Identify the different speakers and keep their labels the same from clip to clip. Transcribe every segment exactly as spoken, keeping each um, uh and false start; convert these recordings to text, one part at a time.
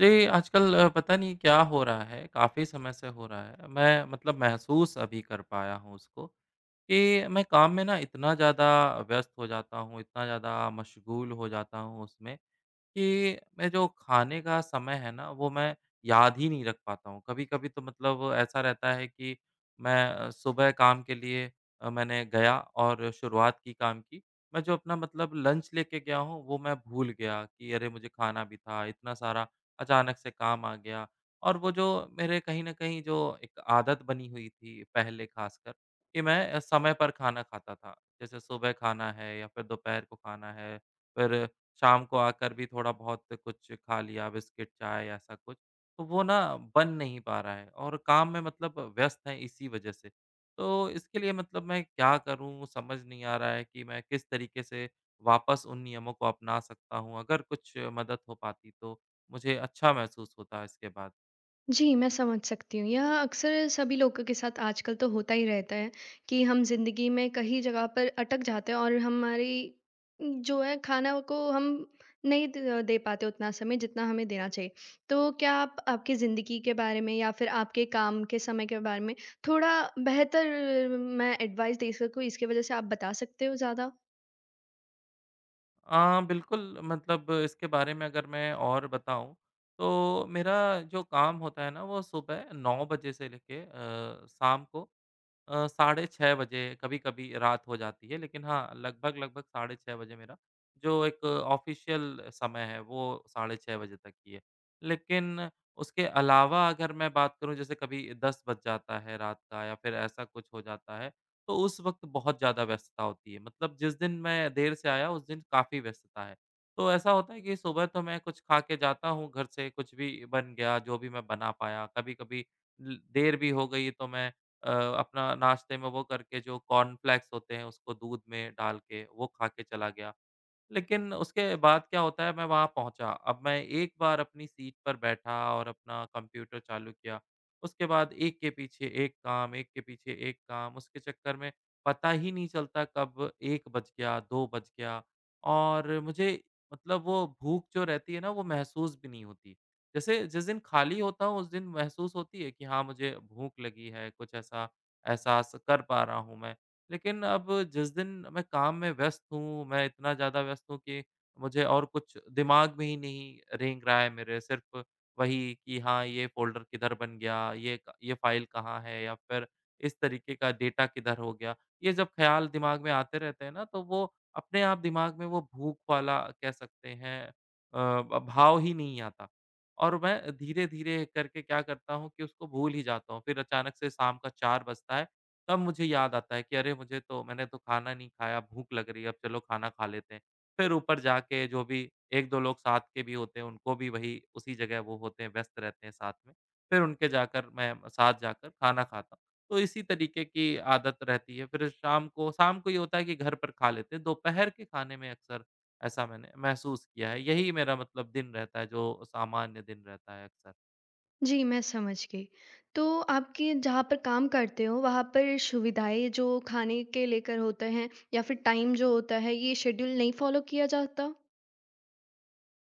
Speaker 1: जी, आजकल अ, पता नहीं क्या हो रहा है, काफ़ी समय से हो रहा है। मैं मतलब महसूस अभी कर पाया हूँ उसको, कि मैं काम में ना इतना ज़्यादा व्यस्त हो जाता हूँ, इतना ज़्यादा मशगूल हो जाता हूँ उसमें, कि मैं जो खाने का समय है ना, वो मैं याद ही नहीं रख पाता हूँ। कभी-कभी तो मतलब ऐसा रहता है कि मैं अ, सुबह काम के लिए अ, मैंने गया और शुरुआत की काम की। मैं जो अपना मतलब लंच लेके गया हूँ, वो मैं भूल गया कि अरे! मुझे खाना भी था, इतना सारा अचानक से काम आ गया। और वो जो मेरे कहीं न कहीं जो एक आदत बनी हुई थी पहले ख़ासकर कि मैं अ, समय पर खाना खाता था। जैसे सुबह खाना है या फिर दोपहर को खाना है, फिर शाम को आकर भी थोड़ा-बहुत कुछ खा लिया, बिस्किट, चाय ऐसा कुछ, तो वो ना बन नहीं पा रहा है और काम में मतलब व्यस्त हैं इसी वजह से। तो इसके लिए मतलब मैं क्या करूँ समझ नहीं आ रहा है कि मैं किस तरीके से वापस उन नियमों को अपना सकता हूँ? अगर कुछ मदद हो पाती तो मुझे अच्छा महसूस होता है इसके बाद।
Speaker 2: जी, मैं समझ सकती हूँ। यह अक्सर सभी लोगों के साथ आजकल तो होता ही रहता है कि हम ज़िंदगी में कहीं जगह पर अटक जाते हैं, और हमारी जो है खाना को हम नहीं द दे पाते उतना समय जितना हमें देना चाहिए। तो क्या आप आपकी ज़िंदगी के बारे में या फिर आपके काम के समय के बारे में थोड़ा बेहतर मैं एडवाइस दे सकूँ, इसकी वज़ह से आप बता सकते हो ज़्यादा?
Speaker 1: अ, बिल्कुल मतलब इसके बारे में अगर मैं और बताऊँ, तो मेरा जो काम होता है ना वो सुबह नौ बजे से लेके अ, शाम को अ, साढ़े छह बजे कभी-कभी रात हो जाती है, लेकिन हाँ, लगभग-लगभग साढ़े छह बजे मेरा जो एक ऑफ़िशियल समय है, वो साढ़े छह बजे तक ही है। लेकिन उसके अलावा अगर मैं बात करूँ, जैसे कभी दस बज जाता है रात का या फिर ऐसा कुछ हो जाता है, तो उस वक़्त बहुत ज़्यादा व्यस्तता होती है। मतलब जिस दिन मैं देर से आया, उस दिन काफ़ी व्यस्तता है। तो ऐसा होता है कि सुबह तो मैं कुछ खा के जाता हूँ घर से, कुछ भी बन गया, जो भी मैं बना पाया। कभी-कभी ल देर भी हो गई, तो मैं अ, अपना नाश्ते में वो करके जो कॉर्नफ्लेक्स होते हैं उसको दूध में डाल के वो खा के चला गया। लेकिन उसके बाद क्या होता है मैं वहाँ पहुँचा। अब मैं एक बार अपनी सीट पर बैठा और अपना कंप्यूटर चालू किया। उसके बाद एक के पीछे एक काम, एक के पीछे एक काम, उसके चक्कर में पता ही नहीं चलता कब एक बज गया, दो बज गया और मुझे मतलब वो भूख जो रहती है ना वो महसूस भी नहीं होती। जैसे जिस दिन खाली होता हूँ उस दिन महसूस होती है कि हाँ, मुझे भूख लगी है, कुछ ऐसा एहसास कर पा रहा हूँ मैं। लेकिन अब जिस दिन मैं काम में व्यस्त हूँ, मैं इतना ज़्यादा व्यस्त हूँ कि मुझे और कुछ दिमाग में ही नहीं रेंग रहा है मेरे, सिर्फ़ वही कि हाँ, ये फ़ोल्डर किधर बन गया, ये क ये फ़ाइल कहाँ है या फिर इस तरीके का डेटा किधर हो गया। ये जब ख़्याल दिमाग में आते रहते हैं ना, तो वो अपने आप दिमाग में वो भूख वाला कह सकते हैं अ, ब भाव ही नहीं आता। और मैं धीरे-धीरे करके क्या करता हूँ कि उसको भूल ही जाता हूँ। फिर अचानक से शाम का चार बजता है तब मुझे याद आता है कि अरे! मुझे तो मैंने तो खाना नहीं खाया, भूख लग रही है, अब चलो खाना खा लेते हैं। फिर ऊपर जाके जो भी एक-दो लोग साथ के भी होते हैं, उनको भी वही उसी जगह वो होते हैं, व्यस्त रहते हैं साथ में। फिर उनके जाकर मैं साथ जाकर खाना खाता हूँ। तो इसी तरीके की आदत रहती है। फिर शाम को शाम को ये होता है कि घर पर खा लेते हैं। दोपहर के खाने में अक्सर ऐसा मैंने महसूस किया है। यही मेरा मतलब दिन रहता है, जो सामान्य दिन रहता है अक्सर।
Speaker 2: जी, मैं समझ गई। तो आपके जहाँ पर काम करते हो, वहाँ पर सुविधाएँ जो खाने के लेकर होते हैं या फिर टाइम जो होता है, ये शेड्यूल नहीं फ़ॉलो किया जाता?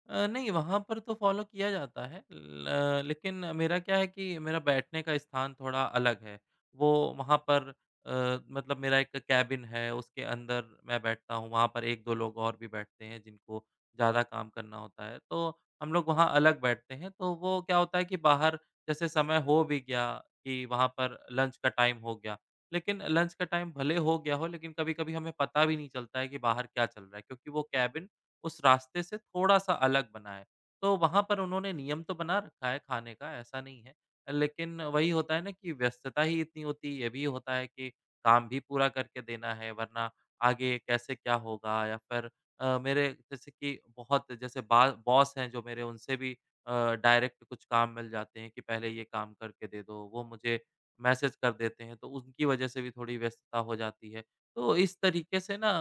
Speaker 1: अ, नहीं वहाँ पर तो फ़ॉलो किया जाता है ल अ, लेकिन मेरा क्या है कि मेरा बैठने का स्थान थोड़ा अलग है। वो वहाँ पर अ, मतलब मेरा एक केबिन है उसके अंदर मैं बैठता हूँ, वहाँ पर एक-दो लोग और भी बैठते हैं जिनको ज़्यादा काम करना होता है। तो हम लोग वहाँ अलग बैठते हैं, तो वो क्या होता है कि बाहर जैसे समय हो भी गया कि वहाँ पर लंच का टाइम हो गया, लेकिन लंच का टाइम भले हो गया हो लेकिन कभी-कभी हमें पता भी नहीं चलता है कि बाहर क्या चल रहा है क्योंकि वो केबिन उस रास्ते से थोड़ा-सा अलग बना है। तो वहाँ पर उन्होंने नियम तो बना रखा है खाने का, ऐसा नहीं है। लेकिन वही होता है ना कि व्यस्तता ही इतनी होती है, ये भी होता है कि काम भी पूरा करके देना है, वरना आगे कैसे क्या होगा या फिर अ, मेरे जैसे कि बहुत जैसे बा बॉस हैं जो मेरे, उनसे भी अ, डायरेक्ट कुछ काम मिल जाते हैं कि पहले ये काम करके दे दो। वो मुझे मैसेज कर देते हैं, तो उनकी वजह से भी थोड़ी व्यस्तता हो जाती है। तो इस तरीके से ना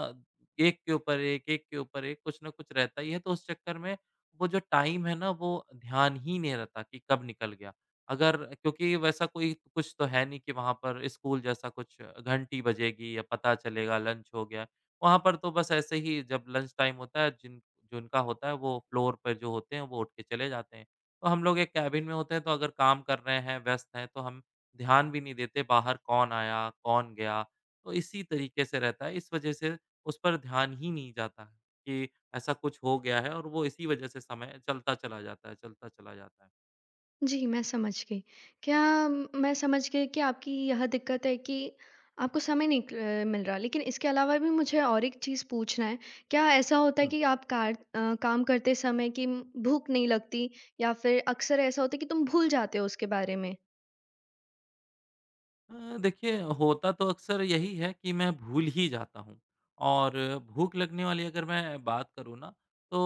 Speaker 1: एक के ऊपर एक, एक के ऊपर एक, कुछ न कुछ रहता ही है, तो उस चक्कर में वो जो टाइम है ना, वो ध्यान ही नहीं रहता कि कब निकल गया। अगर क्योंकि वैसा कोई कुछ तो है नहीं कि वहाँ पर स्कूल जैसा कुछ घंटी बजेगी या पता चलेगा लंच हो गया। वहाँ पर तो बस ऐसे ही जब लंच टाइम होता है, जिन जिनका होता है वो फ्लोर पर जो होते हैं, वो उठ के चले जाते हैं। तो हम लोग एक केबिन में होते हैं, तो अगर काम कर रहे हैं, व्यस्त हैं, तो हम ध्यान भी नहीं देते बाहर कौन आया, कौन गया, तो इसी तरीके से रहता है। इस वजह से उस पर ध्यान ही नहीं जाता है कि ऐसा कुछ हो गया है और वो इसी वजह से समय चलता चला जाता है, चलता चला जाता
Speaker 2: जी, मैं समझ गई। क्या म, मैं समझ गई कि आपकी यह दिक्कत है कि आपको समय नहीं क मिल रहा। लेकिन इसके अलावा भी मुझे और एक चीज़ पूछना है, क्या ऐसा होता है
Speaker 1: है।
Speaker 2: कि आप कार अ, काम करते समय कि म- भूख नहीं लगती, या फिर अक्सर ऐसा होता है कि तुम भूल जाते हो उसके बारे में?
Speaker 1: अ, देखिए होता तो अक्सर यही है कि मैं भूल ही जाता हूँ और भूख लगने वाली अगर मैं बात करूँ ना तो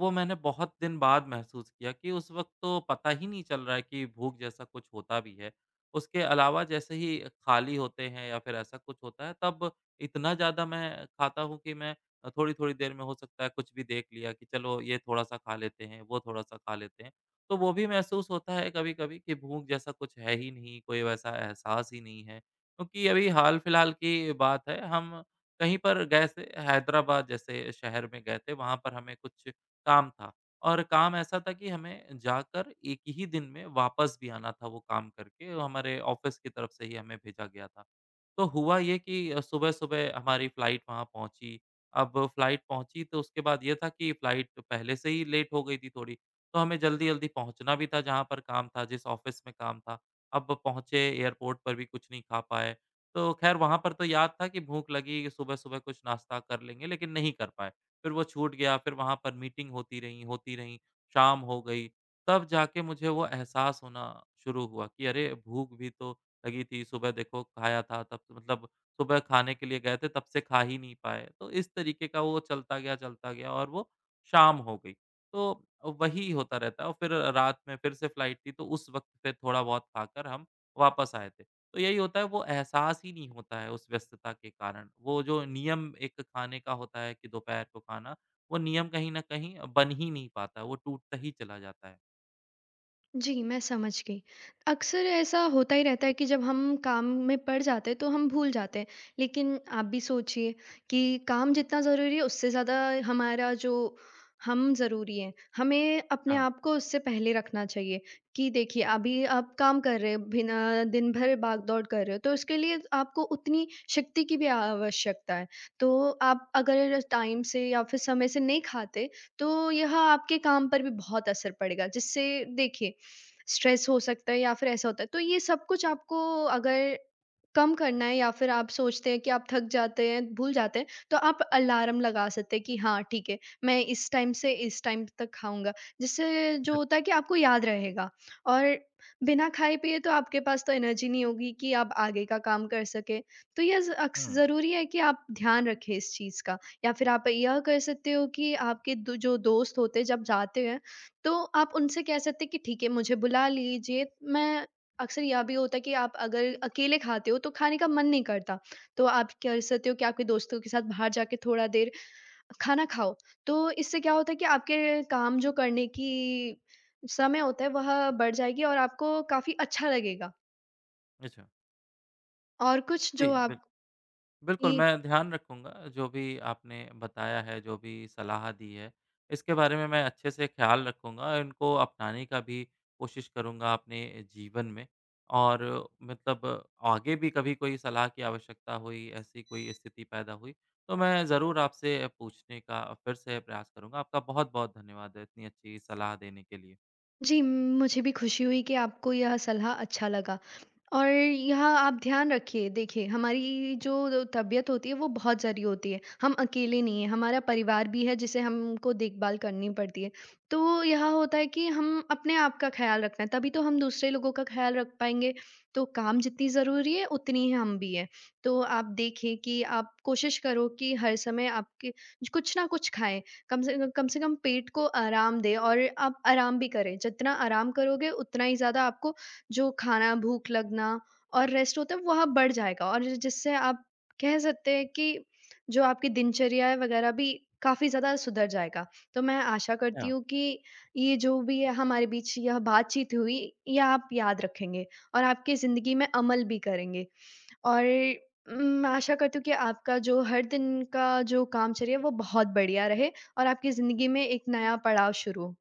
Speaker 1: वो मैंने बहुत दिन बाद महसूस किया कि उस वक्त तो पता ही नहीं चल रहा है कि भूख जैसा कुछ होता भी है। उसके अलावा जैसे ही खाली होते हैं या फिर ऐसा कुछ होता है तब इतना ज़्यादा मैं खाता हूँ कि मैं अ, थोड़ी-थोड़ी देर में हो सकता है कुछ भी देख लिया कि चलो ये थोड़ा-सा खा लेते हैं, वो थोड़ा-सा खा लेते हैं। तो वो भी महसूस होता है कभी-कभी कि भूख जैसा कुछ है ही नहीं, कोई वैसा एहसास ही नहीं है। क्योंकि अभी हाल-फिलहाल की बात है, हम कहीं पर गए थे, हैदराबाद जैसे शहर में गए थे, वहाँ पर हमें कुछ काम था और काम ऐसा था कि हमें जाकर एक ही दिन में वापस भी आना था वो काम करके, वो हमारे ऑफ़िस की तरफ से ही हमें भेजा गया था। तो हुआ ये कि अ, सुबह-सुबह हमारी फ्लाइट वहाँ पहुँची। अब फ्लाइट पहुँची तो उसके बाद ये था कि फ्लाइट पहले से ही लेट हो गई थी थोड़ी, तो हमें जल्दी-जल्दी पहुँचना भी था जहाँ पर काम था, जिस ऑफ़िस में काम था। अब पहुँचे एयरपोर्ट पर भी कुछ नहीं खा पाए। तो ख़ैर वहाँ पर तो याद था कि भूख लगी, सुबह-सुबह कुछ नाश्ता कर लेंगे लेकिन नहीं कर पाए। फिर वो छूट गया, फिर वहाँ पर मीटिंग होती रही, होती रही, शाम हो गई। तब जाके मुझे वो एहसास होना शुरू हुआ कि अरे! भूख भी तो लगी थी, सुबह देखो खाया था तब से मतलब सुबह खाने के लिए गए थे तब से खा ही नहीं पाए। तो इस तरीके का वो चलता गया, चलता गया और वो शाम हो गई। तो वही होता रहता है और फिर रात में फिर से फ्लाइट थी तो उस वक़्त पे थोड़ा बहुत खाकर हम वापस आए थे। तो यही होता है वो एहसास ही नहीं होता है उस व्यस्तता के कारण। वो जो नियम एक खाने का होता है कि दोपहर को खाना, वो नियम कहीं न कहीं बन ही नहीं पाता, वो टूटता ही चला जाता है।
Speaker 2: जी, मैं समझ गई। अक्सर ऐसा होता ही रहता है कि जब हम काम में पड़ जाते हैं, तो हम भूल जाते हैं। लेकिन आप भी सोचिए कि काम जितना ज़रूरी है, उससे ज़्यादा हमारा जो हम ज़रूरी हैं। हमें अपने
Speaker 1: हाँ,
Speaker 2: आप को उससे पहले रखना चाहिए कि देखिए, अभी आप काम कर रहे हैं, बिना दिन भर भाग-दौड़ कर रहे हो, तो उसके लिए आपको उतनी शक्ति की भी आवश्यकता है। तो आप अगर टाइम से या फिर समय से नहीं खाते, तो यह आपके काम पर भी बहुत असर पड़ेगा, जिससे देखिए स्ट्रेस हो सकता है, या फिर ऐसा होता है तो ये सब कुछ आपको अगर कम करना है, या फिर आप सोचते हैं कि आप थक जाते हैं, भूल जाते हैं, तो आप अलार्म लगा सकते हैं कि हाँ, ठीक है, मैं इस टाइम से इस टाइम तक खाऊंगा, जिससे जो
Speaker 1: बिल
Speaker 2: होता है कि आपको याद रहेगा। और बिना खाए पिए तो आपके पास तो एनर्जी नहीं होगी कि आप आगे का काम कर सके। तो यह ज- अक्स-
Speaker 1: हुँ।
Speaker 2: जरूरी है कि आप ध्यान रखें इस चीज का। या फिर आप यह कर सकते हो कि आपके दो जो दोस्त होते हैं जब जाते हैं, तो आप उनसे कह सकते हैं कि ठीक है, मुझे बुला लीजिए। मैं, अक्सर यह भी होता है कि आप अगर अकेले खाते हो तो खाने का मन नहीं करता। तो आप कर सकते हो कि आपके दोस्तों के साथ बाहर जाके थोड़ा देर खाना खाओ। तो इससे क्या होता है कि आपके काम जो करने की समय होता है वह बढ़ जाएगी, और आपको काफी अच्छा लगेगा।
Speaker 1: अच्छा।
Speaker 2: और कुछ
Speaker 1: जी,
Speaker 2: जो
Speaker 1: बिल
Speaker 2: आपकी…
Speaker 1: बिल्कुल, मैं ध्यान रखूँगा जो भी आपने बताया है, जो भी सलाह दी है, इसके बारे में मैं अच्छे से ख़्याल रखूँगा। इनको अपनाने का भी कोशिश करूँगा अपने जीवन में और मतलब आगे भी कभी कोई सलाह की आवश्यकता हुई, ऐसी कोई स्थिति पैदा हुई, तो मैं ज़रूर आपसे पूछने का फिर से प्रयास करूँगा। आपका बहुत-बहुत धन्यवाद इतनी अच्छी सलाह देने के लिए।
Speaker 2: जी, मुझे भी खुशी हुई कि आपको यह सलाह अच्छा लगा। और यह आप ध्यान रखिए, देखिए हमारी जो तबीयत होती है वो बहुत ज़रूरी होती है। हम अकेले नहीं हैं, हमारा परिवार भी है, जिसे हमको देखभाल करनी पड़ती है। तो यह होता है कि हम अपने आप का ख़्याल रखना है, तभी तो हम दूसरे लोगों का ख़्याल रख पाएँगे। तो काम जितनी ज़रूरी है उतनी ही हम भी हैं। तो आप देखिए कि आप कोशिश करो कि हर समय आपके कुछ ना कुछ खाएँ। कम से कम से कम पेट को आराम दें, और आप आराम भी करें। जितना आराम करोगे उतना ही ज़्यादा आपको जो खाना, भूख लगना और रेस्ट होता है वह बढ़ जाएगा, और जिससे आप कह सकते हैं कि जो आपकी दिनचर्या है वगैरह भी काफ़ी ज़्यादा सुधर जाएगा। तो मैं आशा करती हूँ कि ये जो भी है हमारे बीच यह बातचीत हुई, यह आप याद रखेंगे और आपकी ज़िंदगी में अमल भी करेंगे। और उम, आशा करती हूँ कि आपका जो हर दिन का जो कामचर्या है, वो बहुत बढ़िया रहे और आपकी ज़िंदगी में एक नया पड़ाव शुरू हो।